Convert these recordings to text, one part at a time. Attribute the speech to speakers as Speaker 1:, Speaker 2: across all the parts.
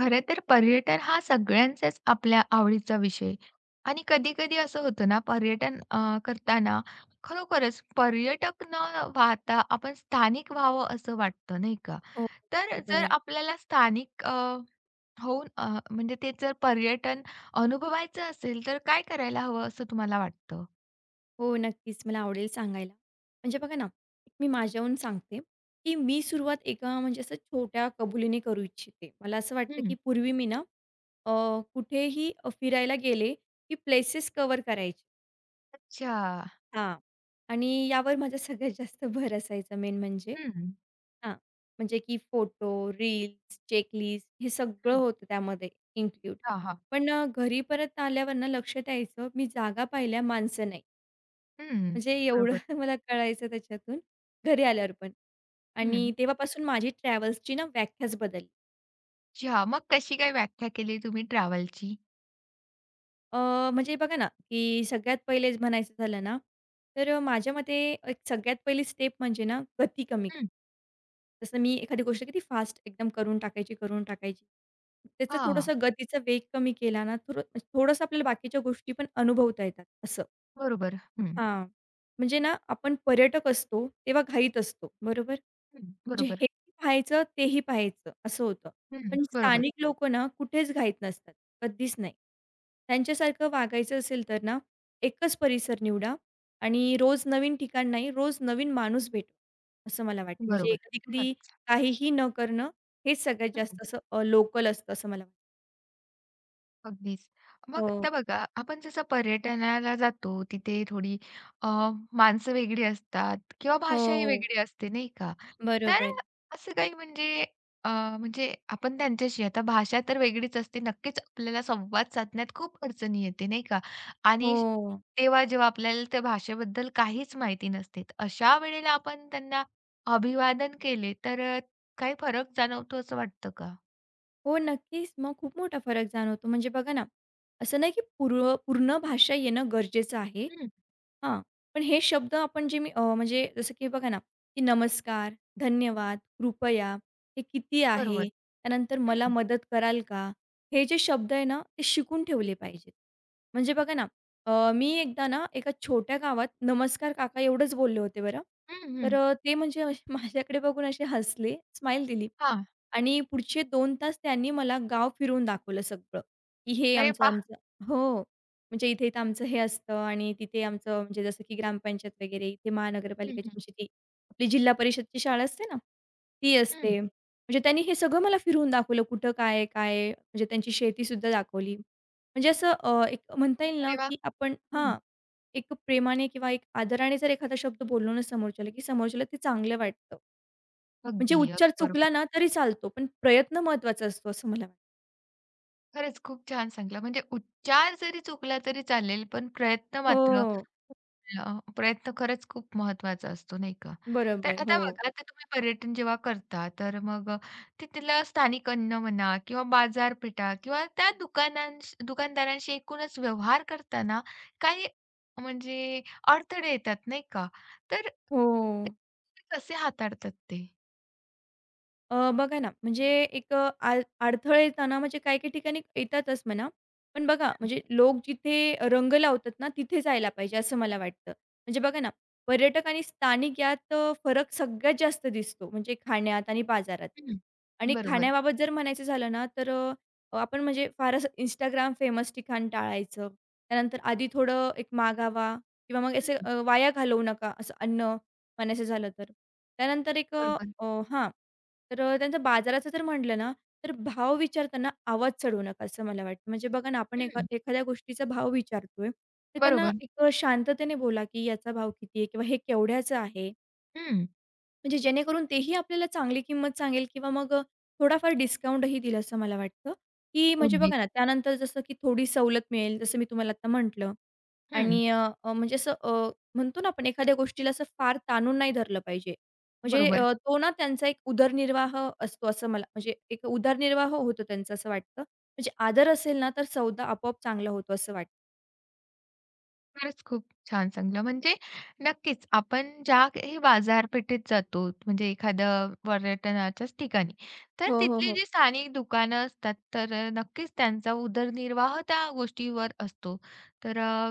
Speaker 1: खरं तर पर्यटन हा सगळ्यांचाच आपल्या आवडीचा विषय आणि कधी-कधी असं होतं ना, पर्यटन करताना खरोखरच पर्यटक न वाहता आपण स्थानिक व्हावं असं वाटतं, नाही का?
Speaker 2: हो,
Speaker 1: तर जर
Speaker 2: बरोबर.
Speaker 1: आपल्याला स्थानिक होऊन म्हणजे ते जर पर्यटन अनुभवायचं असेल, तर काय करायला हवं असं तुम्हाला वाटतं?
Speaker 2: हो, नक्कीच मला आवडेल सांगायला. म्हणजे बघा ना, एक मी माझ्याहून सांगते, की मी सुरुवात एका म्हणजे असं छोट्या कबुलीने करू इच्छिते. मला असं वाटतं, की
Speaker 1: हं.
Speaker 2: पूर्वी मी ना अ, कुठेही फिरायला गेले, की प्लेसेस कवर करायचे.
Speaker 1: अच्छा.
Speaker 2: हां. आणि यावर माझा सगळ्यात जास्त भर असायचा मेन म्हणजे.
Speaker 1: हं, हं.
Speaker 2: हां. म्हणजे की फोटो, रील्स, चेकलिस्ट हे सगळं होतं त्यामध्ये इन्क्लूड.
Speaker 1: हां, हां.
Speaker 2: पण घरी परत आल्यावर ना लक्षात यायचं, मी जागा पाहिल्या, माणसं नाही.
Speaker 1: हं.
Speaker 2: म्हणजे एवढं
Speaker 1: बरोबर.
Speaker 2: मला कळायचं त्याच्यातून, घरी आल्यावर पण.
Speaker 1: हं.
Speaker 2: आणि तेव्हापासून माझी ट्रॅव्हल्सची ना व्याख्याच बदलली.
Speaker 1: अच्छा. मग कशी काय व्याख्या केली तुम्ही ट्रॅव्हलची?
Speaker 2: अ, म्हणजे बघा ना, की सगळ्यात पहिले म्हणायचं झालं ना, तर माझ्या मते एक सगळ्यात पहिली स्टेप म्हणजे ना गती कमी करणे.
Speaker 1: हं.
Speaker 2: जसं मी एखादी गोष्ट किती फास्ट एकदम करून टाकायची, करून टाकायची. त्याचं
Speaker 1: हां.
Speaker 2: थोडंसं गतीचा वेग कमी केला ना, थोडं थोडंसं आपल्याला बाकीच्या गोष्टी पण अनुभवता येतात असं.
Speaker 1: बरोबर. हं, हं.
Speaker 2: हां. म्हणजे ना आपण पर्यटक असतो, तेव्हा घाईत असतो, बरोबर? म्हणजे
Speaker 1: बरोबर.
Speaker 2: हेही पाहायचं, तेही पाहायचं असं होतं.
Speaker 1: हं,
Speaker 2: पण
Speaker 1: बरोबर,
Speaker 2: स्थानिक लोकं ना कुठेच घाईत नसतात, कधीच नाही. त्यांच्यासारखं वागायचं असेल तर ना, एकच परिसर निवडा आणि रोज नवीन ठिकाण नाही, रोज नवीन माणूस भेटवा, असं मला वाटतं. म्हणजे
Speaker 1: बरोबर.
Speaker 2: कधी-कधी
Speaker 1: खरंच.
Speaker 2: काहीही न करणं, हेच सगळ्यात
Speaker 1: हं.
Speaker 2: जास्त असं लोकल असतं असं मला वाटतं.
Speaker 1: अगदीच. मग
Speaker 2: हो,
Speaker 1: आता बघा, आपण जसं पर्यटनाला जातो, तिथे थोडी अ, माणसं वेगळी असतात किंवा भाषाही
Speaker 2: हो.
Speaker 1: वेगळी असते, नाही का? तर
Speaker 2: बरोबर.
Speaker 1: असं काही म्हणजे अ, म्हणजे आपण त्यांच्याशी आता भाषा तर वेगळीच असते, नक्कीच आपल्याला संवाद साधण्यात खूप अडचणी येते, नाही का? आणि श-
Speaker 2: हो.
Speaker 1: तेव्हा जेव्हा आपल्याला त्या भाषेबद्दल काहीच माहिती नसते, तर अशा वेळेला आपण त्यांना अभिवादन केले, तर काही फरक जाणवतो असं वाटतं का?
Speaker 2: हो, नक्कीच. मग खूप मोठा फरक जाणवतो. म्हणजे बघा ना, असं नाही की पूर्ण भाषा येणं गरजेचं आहे.
Speaker 1: हं,
Speaker 2: हां. पण हे शब्द आपण जे मी म्हणजे जसं की बघा ना, की नमस्कार, धन्यवाद, कृपया, हे किती
Speaker 1: बरोबर.
Speaker 2: आहे? त्यानंतर मला
Speaker 1: हं,
Speaker 2: मदत कराल का? हे जे शब्द आहे ना, ते शिकून ठेवले पाहिजेत. म्हणजे बघा ना, मी एकदा ना एका छोट्या गावात नमस्कार काका एवढंच बोलले होते बरं.
Speaker 1: हं,
Speaker 2: तर
Speaker 1: हं.
Speaker 2: ते म्हणजे असे माझ्याकडे बघून असे हसले, स्माईल दिली.
Speaker 1: हां.
Speaker 2: आणि पुढचे 2 तास त्यांनी मला गाव फिरवून दाखवलं सगळं, की हे
Speaker 1: अरे
Speaker 2: आमचं
Speaker 1: वाह!
Speaker 2: आमचं हो. म्हणजे इथे-इथे आमचं हे असतं आणि तिथे आमचं म्हणजे जसं की ग्रामपंचायत वगैरे, इथे
Speaker 1: हं,
Speaker 2: महानगरपालिकेची
Speaker 1: हं,
Speaker 2: आमची ती आपली जिल्हा परिषदची शाळा असते ना, ती
Speaker 1: हं.
Speaker 2: असते. म्हणजे त्यांनी हे सगळं मला फिरवून दाखवलं कुठं काय आहे, काय आहे? म्हणजे त्यांची शेतीसुद्धा दाखवली. म्हणजे असं एक म्हणता येईल ना,
Speaker 1: अरे वाह!
Speaker 2: की आपण हां,
Speaker 1: हं.
Speaker 2: एक प्रेमाने किंवा एक आदराने जर एखादा शब्द बोललो ना समोरच्याला, की समोरच्याला ते चांगलं वाटतं. म्हणजे
Speaker 1: अगदी,
Speaker 2: उच्चार
Speaker 1: अगदी बरोबर.
Speaker 2: चुकला ना तरी चालतो, पण प्रयत्न महत्त्वाचा असतो असं मला वाटतं.
Speaker 1: खरंच खूप छान सांगितलं. म्हणजे उच्चार जरी चुकला तरी चालेल, पण प्रयत्न मात्र
Speaker 2: हो.
Speaker 1: प्रयत्न खरंच खूप महत्त्वाचा असतो, नाही का? तर
Speaker 2: बरोबर. हो.
Speaker 1: आता बघा, आता तुम्ही पर्यटन जेव्हा करता, तर मग तिथलं स्थानिक अन्न म्हणा किंवा बाजारपेठा किंवा त्या दुकानदारांशी एकूणच व्यवहार करताना काही म्हणजे अडथळे येतात, नाही का? तर
Speaker 2: हो.
Speaker 1: ते कसे हाताळतात ते?
Speaker 2: बघा ना, म्हणजे एक अ, आ अडथळे येताना म्हणजे काही-काही ठिकाणी येतातच म्हणा. पण बघा, म्हणजे लोक जिथे रंग लावतात ना, तिथे जायला पाहिजे असं मला वाटतं. म्हणजे बघा ना, पर्यटक आणि स्थानिक यात फरक सगळ्यात जास्त दिसतो, म्हणजे खाण्यात आणि बाजारात.
Speaker 1: हं.
Speaker 2: आणि
Speaker 1: बरोबर.
Speaker 2: खाण्याबाबत जर म्हणायचं झालं ना, तर आपण म्हणजे फार असं Instagram फेमस ठिकाण टाळायचं. त्यानंतर आधी थोडं एक मागावा किंवा मग असं
Speaker 1: हं.
Speaker 2: वाया घालवू नका असं अन्न म्हणायचं झालं तर. त्यानंतर एक अ,
Speaker 1: बरोबर.
Speaker 2: अ हां. तर त्यांचं बाजाराचं जर म्हटलं ना, तर भाव विचारताना आवाज चढवू नका, असं मला वाटतं. म्हणजे बघा ना, आपण एका
Speaker 1: हं.
Speaker 2: एखाद्या गोष्टीचा भाव विचारतोय, तर त्यांना
Speaker 1: बरोबर.
Speaker 2: एक शांततेने बोला, की याचा भाव किती आहे किंवा हे केवढ्याचं आहे.
Speaker 1: हं.
Speaker 2: म्हणजे जेणेकरून तेही आपल्याला चांगली किंमत सांगेल किंवा मग थोडाफार डिस्काउंटही देईल असं मला वाटतं, की म्हणजे बघा ना,
Speaker 1: अगदीच.
Speaker 2: त्यानंतर जसं की थोडी सवलत मिळेल, जसं मी तुम्हाला आता म्हटलं
Speaker 1: हं.
Speaker 2: आणि अ, अ, म्हणजे असं म्हणतो ना आपण एखाद्या गोष्टीला असं फार ताणून नाही धरलं पाहिजे. म्हणजे
Speaker 1: बरोबर.
Speaker 2: तो ना त्यांचा एक उदरनिर्वाह असतो असं मला म्हणजे एक उदरनिर्वाह होतो त्यांचा असं वाटतं. म्हणजे आदर असेल ना, तर सौदा आपोआप चांगला होतो असं वाटतं.
Speaker 1: खरंच खूप छान सांगितलं. म्हणजे नक्कीच आपण ज्या काही बाजारपेठेत जातो, म्हणजे एखाद्या पर्यटनाच्याच ठिकाणी, तर
Speaker 2: हो, हो,
Speaker 1: तिथली
Speaker 2: हो.
Speaker 1: जी स्थानिक दुकानं असतात, तर नक्कीच त्यांचा उदरनिर्वाह त्या गोष्टीवर असतो. तर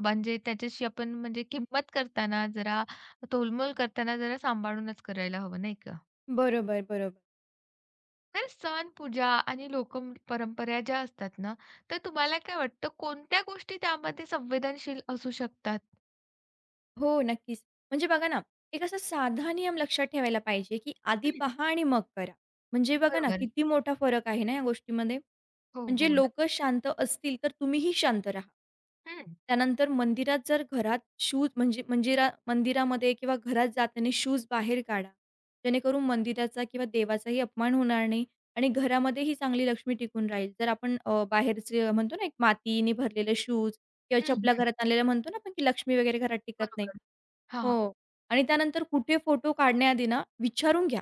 Speaker 1: म्हणजे त्याच्याशी आपण म्हणजे किंमत करताना जरा, तोलमोल करताना जरा सांभाळूनच करायला हवं, नाही का?
Speaker 2: बरोबर, बरोबर.
Speaker 1: तर सण, पूजा आणि लोकं परंपरा ज्या असतात ना, तर तुम्हाला काय वाटतं कोणत्या गोष्टी त्यामध्ये संवेदनशील असू शकतात?
Speaker 2: हो, नक्कीच. म्हणजे बघा ना, एक असा साधा नियम लक्षात ठेवायला पाहिजे, की आधी
Speaker 1: हं.
Speaker 2: पहा आणि मग करा. म्हणजे बघा ना,
Speaker 1: बरोबर.
Speaker 2: किती मोठा फरक आहे ना या गोष्टीमध्ये.
Speaker 1: हो,
Speaker 2: म्हणजे
Speaker 1: हो.
Speaker 2: लोक
Speaker 1: नक्कीच.
Speaker 2: शांत असतील, तर तुम्हीही शांत राहा.
Speaker 1: हं,
Speaker 2: त्यानंतर मंदिरात जर घरात शूज म्हणजे मंदिरामध्ये किंवा घरात जाताना शूज बाहेर काढा. जेणेकरून मंदिराचा किंवा देवाचाही अपमान होणार नाही आणि घरामध्येही चांगली लक्ष्मी टिकून राहील. जर आपण बाहेरचे म्हणतो ना, एक मातीने भरलेले शूज किंवा
Speaker 1: हं,
Speaker 2: चपला
Speaker 1: हं.
Speaker 2: घरात आणलेल्या म्हणतो ना आपण, की लक्ष्मी वगैरे घरात टिकत नाही.
Speaker 1: बरोबर. हां.
Speaker 2: हो. आणि त्यानंतर कुठे फोटो काढण्याआधी ना, विचारून घ्या.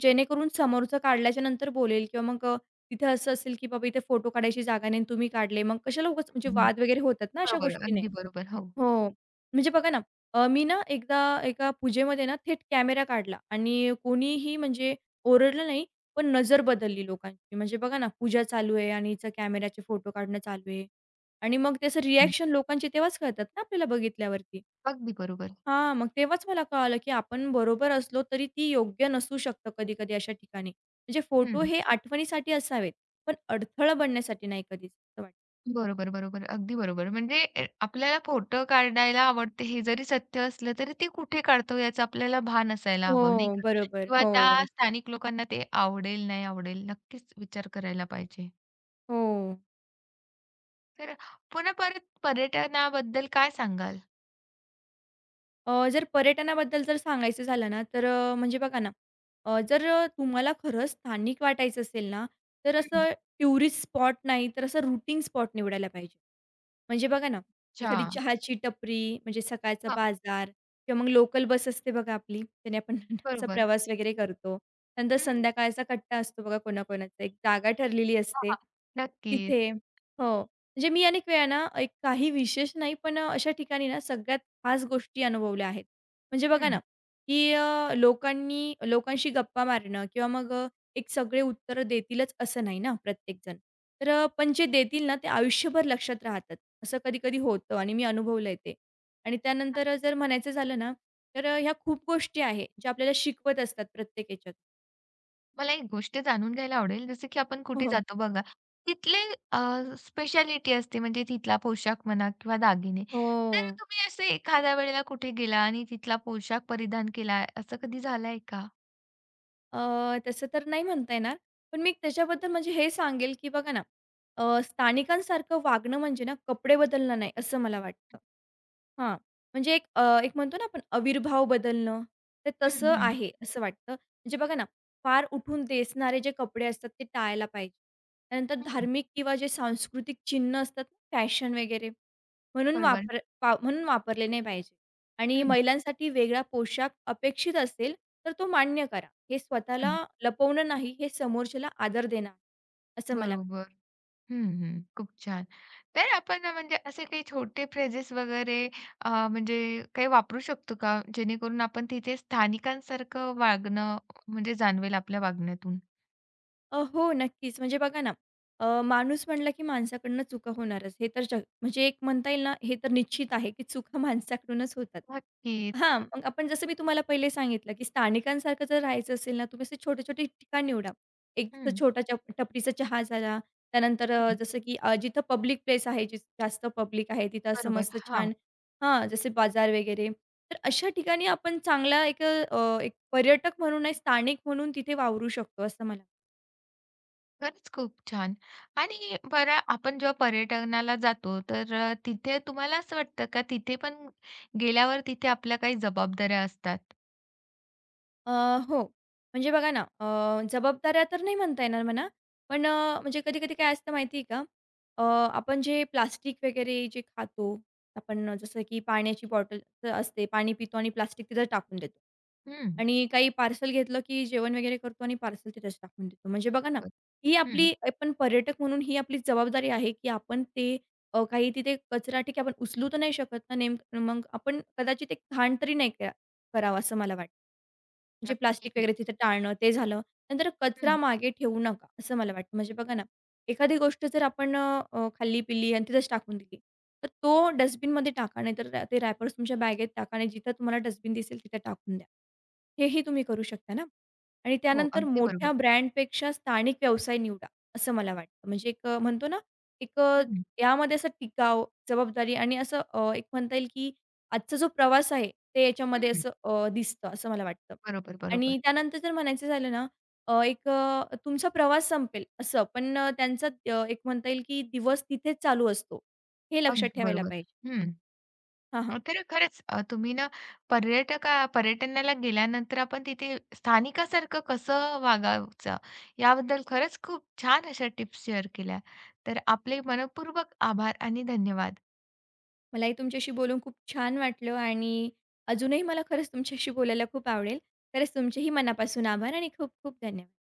Speaker 2: जेणेकरून समोरचा काढल्याच्या नंतर बोलेल किंवा मग तिथे असं असेल, की बाबा इथे फोटो काढायची जागा नाही आणि तुम्ही काढले. मग कशाला उगाच म्हणजे
Speaker 1: हं.
Speaker 2: वाद वगैरे होतात ना अशा
Speaker 1: बरोबर.
Speaker 2: गोष्टीने.
Speaker 1: अगदी बरोबर. हो.
Speaker 2: हो. म्हणजे बघा ना, मी ना एकदा एका पूजेमध्ये ना थेट कॅमेरा काढला आणि कोणीही म्हणजे ओरडलं नाही, पण नजर बदलली लोकांची. म्हणजे बघा ना, पूजा चालू आहे आणि हिचा कॅमेऱ्याचे फोटो काढणं चालू आहे आणि मग त्याचं
Speaker 1: हं.
Speaker 2: रिएक्शन लोकांचे तेव्हाच कळतात ना आपल्याला बघितल्यावरती.
Speaker 1: अगदी बरोबर.
Speaker 2: हां, मग तेव्हाच मला कळालं, की आपण बरोबर असलो तरी ती योग्य नसू शकतं कधी-कधी अशा ठिकाणी. म्हणजे फोटो
Speaker 1: हं.
Speaker 2: हे आठवणीसाठी असावेत, पण अडथळा बनण्यासाठी नाही कधीच असं वाटतं.
Speaker 1: बरोबर, बरोबर. अगदी बरोबर. म्हणजे आपल्याला फोटो काढायला आवडते हे जरी सत्य असलं, तरी ते कुठे काढतो याचं आपल्याला भान असायला हवं, नाही
Speaker 2: हो,
Speaker 1: का?
Speaker 2: बरोबर.
Speaker 1: किंवा त्या
Speaker 2: हो, नक्की.
Speaker 1: स्थानिक लोकांना ते आवडेल, नाही आवडेल नक्कीच विचार करायला पाहिजे.
Speaker 2: हो.
Speaker 1: तर पुन्हा परत पर्यटनाबद्दल काय सांगाल?
Speaker 2: जर पर्यटनाबद्दल जर सांगायचं झालं ना, तर म्हणजे बघा ना, तुम्हाला खरंच स्थानिक वाटायचं असेल ना, तर
Speaker 1: हं.
Speaker 2: असं टुरिस्ट स्पॉट नाही, तर असं रूटिंग स्पॉट निवडायला पाहिजे. म्हणजे बघा ना,
Speaker 1: अच्छा.
Speaker 2: एखादी चहाची टपरी, म्हणजे सकाळचा
Speaker 1: हां,
Speaker 2: बाजार किंवा मग लोकल बस असते बघा आपली, त्याने आपण असा
Speaker 1: बरोबर.
Speaker 2: प्रवास वगैरे करतो. नंतर
Speaker 1: हं.
Speaker 2: संध्याकाळचा कट्टा असतो बघा कोणाकोणाचा, एक जागा ठरलेली
Speaker 1: हां,
Speaker 2: असते.
Speaker 1: हां. नक्कीच.
Speaker 2: तिथे हो. म्हणजे मी अनेक वेळा ना, एक काही विशेष नाही, पण अशा ठिकाणी ना सगळ्यात खास गोष्टी अनुभवल्या आहेत. म्हणजे बघा
Speaker 1: हं,
Speaker 2: ना, की लोकांनी लोकांशी गप्पा मारणं किंवा मग एक सगळे उत्तर देतीलच असं नाही ना प्रत्येकजण. तर पण जे देतील ना ते आयुष्यभर लक्षात राहतात. असं कधी-कधी होतं आणि मी अनुभवलंय ते. आणि त्यानंतर
Speaker 1: नक्कीच.
Speaker 2: जर म्हणायचं झालं ना, तर ह्या खूप गोष्टी आहे, ज्या आपल्याला शिकवत असतात प्रत्येक ह्याच्यात.
Speaker 1: मला एक गोष्ट जाणून घ्यायला आवडेल, जसं की आपण
Speaker 2: हो,
Speaker 1: कुठे
Speaker 2: हो.
Speaker 1: जातो बघा, तिथले अ, स्पेशालिटी असते म्हणजे तिथला पोशाख म्हणा किंवा दागिने.
Speaker 2: हो.
Speaker 1: तर तुम्ही असं एखाद्या वेळेला कुठे गेला आणि तिथला पोशाख परिधान केला, असं कधी झालंय का?
Speaker 2: तसं तर नाही म्हणता येणार. पण मी त्याच्याबद्दल म्हणजे हे सांगेल, की बघा ना, स्थानिकांसारखं वागणं म्हणजे ना, कपडे बदलणं नाही, असं मला वाटतं. हां, म्हणजे एक एक म्हणतो ना आपण आविर्भाव बदलणं, तर
Speaker 1: हं,
Speaker 2: तसं
Speaker 1: हं.
Speaker 2: आहे असं वाटतं. म्हणजे बघा ना, फार उठून दिसणारे जे कपडे असतात ते टाळायला पाहिजे. त्यानंतर
Speaker 1: हं,
Speaker 2: धार्मिक किंवा जे सांस्कृतिक चिन्ह असतात, फॅशन वगैरे
Speaker 1: बरोबर.
Speaker 2: म्हणून वापरले नाही पाहिजे. आणि
Speaker 1: हं,
Speaker 2: महिलांसाठी वेगळा पोशाख अपेक्षित असेल, तर तो मान्य करा. हे स्वतःला
Speaker 1: हं.
Speaker 2: लपवणं नाही, हे समोरच्याला आदर देणं आहे, असं मला वाटतं.
Speaker 1: बरोबर. हं, हं. खूप छान. तर आपण म्हणजे असे काही छोटे फ्रेजेस वगैरे म्हणजे काही वापरू शकतो का? जेणेकरून आपण तिथे स्थानिकांसारखं वागणं म्हणजे जाणवेल आपल्या वागण्यातून?
Speaker 2: हो, नक्कीच. म्हणजे बघा ना, माणूस म्हणला की माणसाकडनं चुका होणारच. हे तर जग म्हणजे एक म्हणता येईल ना, हे तर निश्चित आहे की चुका माणसाकडूनच होतात.
Speaker 1: नक्कीच.
Speaker 2: हां, मग आपण जसं मी तुम्हाला पहिले सांगितलं की स्थानिकांसारखं जर राहायचं असेल ना, तुम्ही असे छोटे-छोटे ठिकाण निवडा. एक तर
Speaker 1: हं,
Speaker 2: छोटा टपरीचा चहा झाला. त्यानंतर
Speaker 1: हं.
Speaker 2: जसं की जिथं पब्लिक प्लेस आहे, जिथं जास्त पब्लिक आहे, तिथं असं
Speaker 1: बरोबर.
Speaker 2: मस्त
Speaker 1: हां.
Speaker 2: छान हां, जसे बाजार वगैरे. तर अशा ठिकाणी आपण चांगला एक एक पर्यटक म्हणून नाही, स्थानिक म्हणून तिथे वावरू शकतो, असं मला
Speaker 1: खरंच खूप छान. आणि बरं आपण जेव्हा पर्यटनाला जातो तर तिथे तुम्हाला असं वाटतं का तिथे पण गेल्यावर तिथे आपल्या काही जबाबदाऱ्या असतात?
Speaker 2: अ, हो. म्हणजे बघा ना, जबाबदाऱ्या तर नाही म्हणता येणार म्हणा, पण म्हणजे कधी-कधी काय असतं माहिती आहे का? अ, आपण जे प्लास्टिक वगैरे जे खातो, आपण जसं की पाण्याची बॉटल तर असते, पाणी पितो आणि प्लास्टिक तिथं टाकून देतो.
Speaker 1: हं.
Speaker 2: आणि काही पार्सल घेतलं की जेवण वगैरे करतो आणि पार्सल तिथेच टाकून देतो. म्हणजे बघा ना,
Speaker 1: बरोबर.
Speaker 2: ही
Speaker 1: हं.
Speaker 2: आपली आपण पर्यटक म्हणून ही आपली जबाबदारी आहे की आपण ते काही तिथे कचरा ठीक आहे आपण उचलू तर नाही शकत ना नेमकं मग आपण कदाचित एक घाण तरी नाही करावं असं मला वाटतं. म्हणजे प्लास्टिक वगैरे
Speaker 1: नक्कीच.
Speaker 2: तिथं टाळणं ते झालं. नंतर कचरा
Speaker 1: हं.
Speaker 2: मागे ठेवू नका असं मला वाटतं. म्हणजे बघा ना, एखादी गोष्ट जर आपण खाल्ली-पिली आणि तिथेच टाकून दिली, तर तो डस्टबिनमध्ये टाका, नाहीतर ते रॅपर्स तुमच्या बॅगेत टाका आणि जिथं तुम्हाला डस्टबिन दिसेल तिथे टाकून द्या. हेही तुम्ही करू शकता ना. आणि
Speaker 1: हो,
Speaker 2: त्यानंतर
Speaker 1: अगदी
Speaker 2: मोठ्या
Speaker 1: बरोबर.
Speaker 2: ब्रँडपेक्षा स्थानिक व्यवसाय निवडा असं मला वाटतं. म्हणजे एक म्हणतो ना, एक
Speaker 1: हं,
Speaker 2: यामध्ये असं टिकाव, जबाबदारी आणि असं एक म्हणता येईल की आजचा जो प्रवास आहे ते याच्यामध्ये
Speaker 1: हं.
Speaker 2: असं दिसतं असं मला वाटतं.
Speaker 1: बरोबर, बरोबर.
Speaker 2: आणि त्यानंतर जर म्हणायचं झालं ना एक तुमचा प्रवास संपेल असं, पण त्यांचा एक म्हणता येईल की दिवस तिथेच चालू असतो. हे लक्षात
Speaker 1: अगदी
Speaker 2: ठेवायला
Speaker 1: बरोबर.
Speaker 2: पाहिजे.
Speaker 1: हं.
Speaker 2: हां, हां.
Speaker 1: तर खरंच तुम्ही ना पर्यटनाला गेल्यानंतर आपण तिथे स्थानिकासारखं कसं वागायचं याबद्दल खरंच खूप छान अशा टिप्स शेअर केल्या. तर आपले मनःपूर्वक आभार आणि धन्यवाद.
Speaker 2: मलाही तुमच्याशी बोलून खूप छान वाटलं आणि अजूनही मला खरंच तुमच्याशी बोलायला खूप आवडेल. खरंच तुमचेही मनापासून आभार आणि खूप खूप धन्यवाद.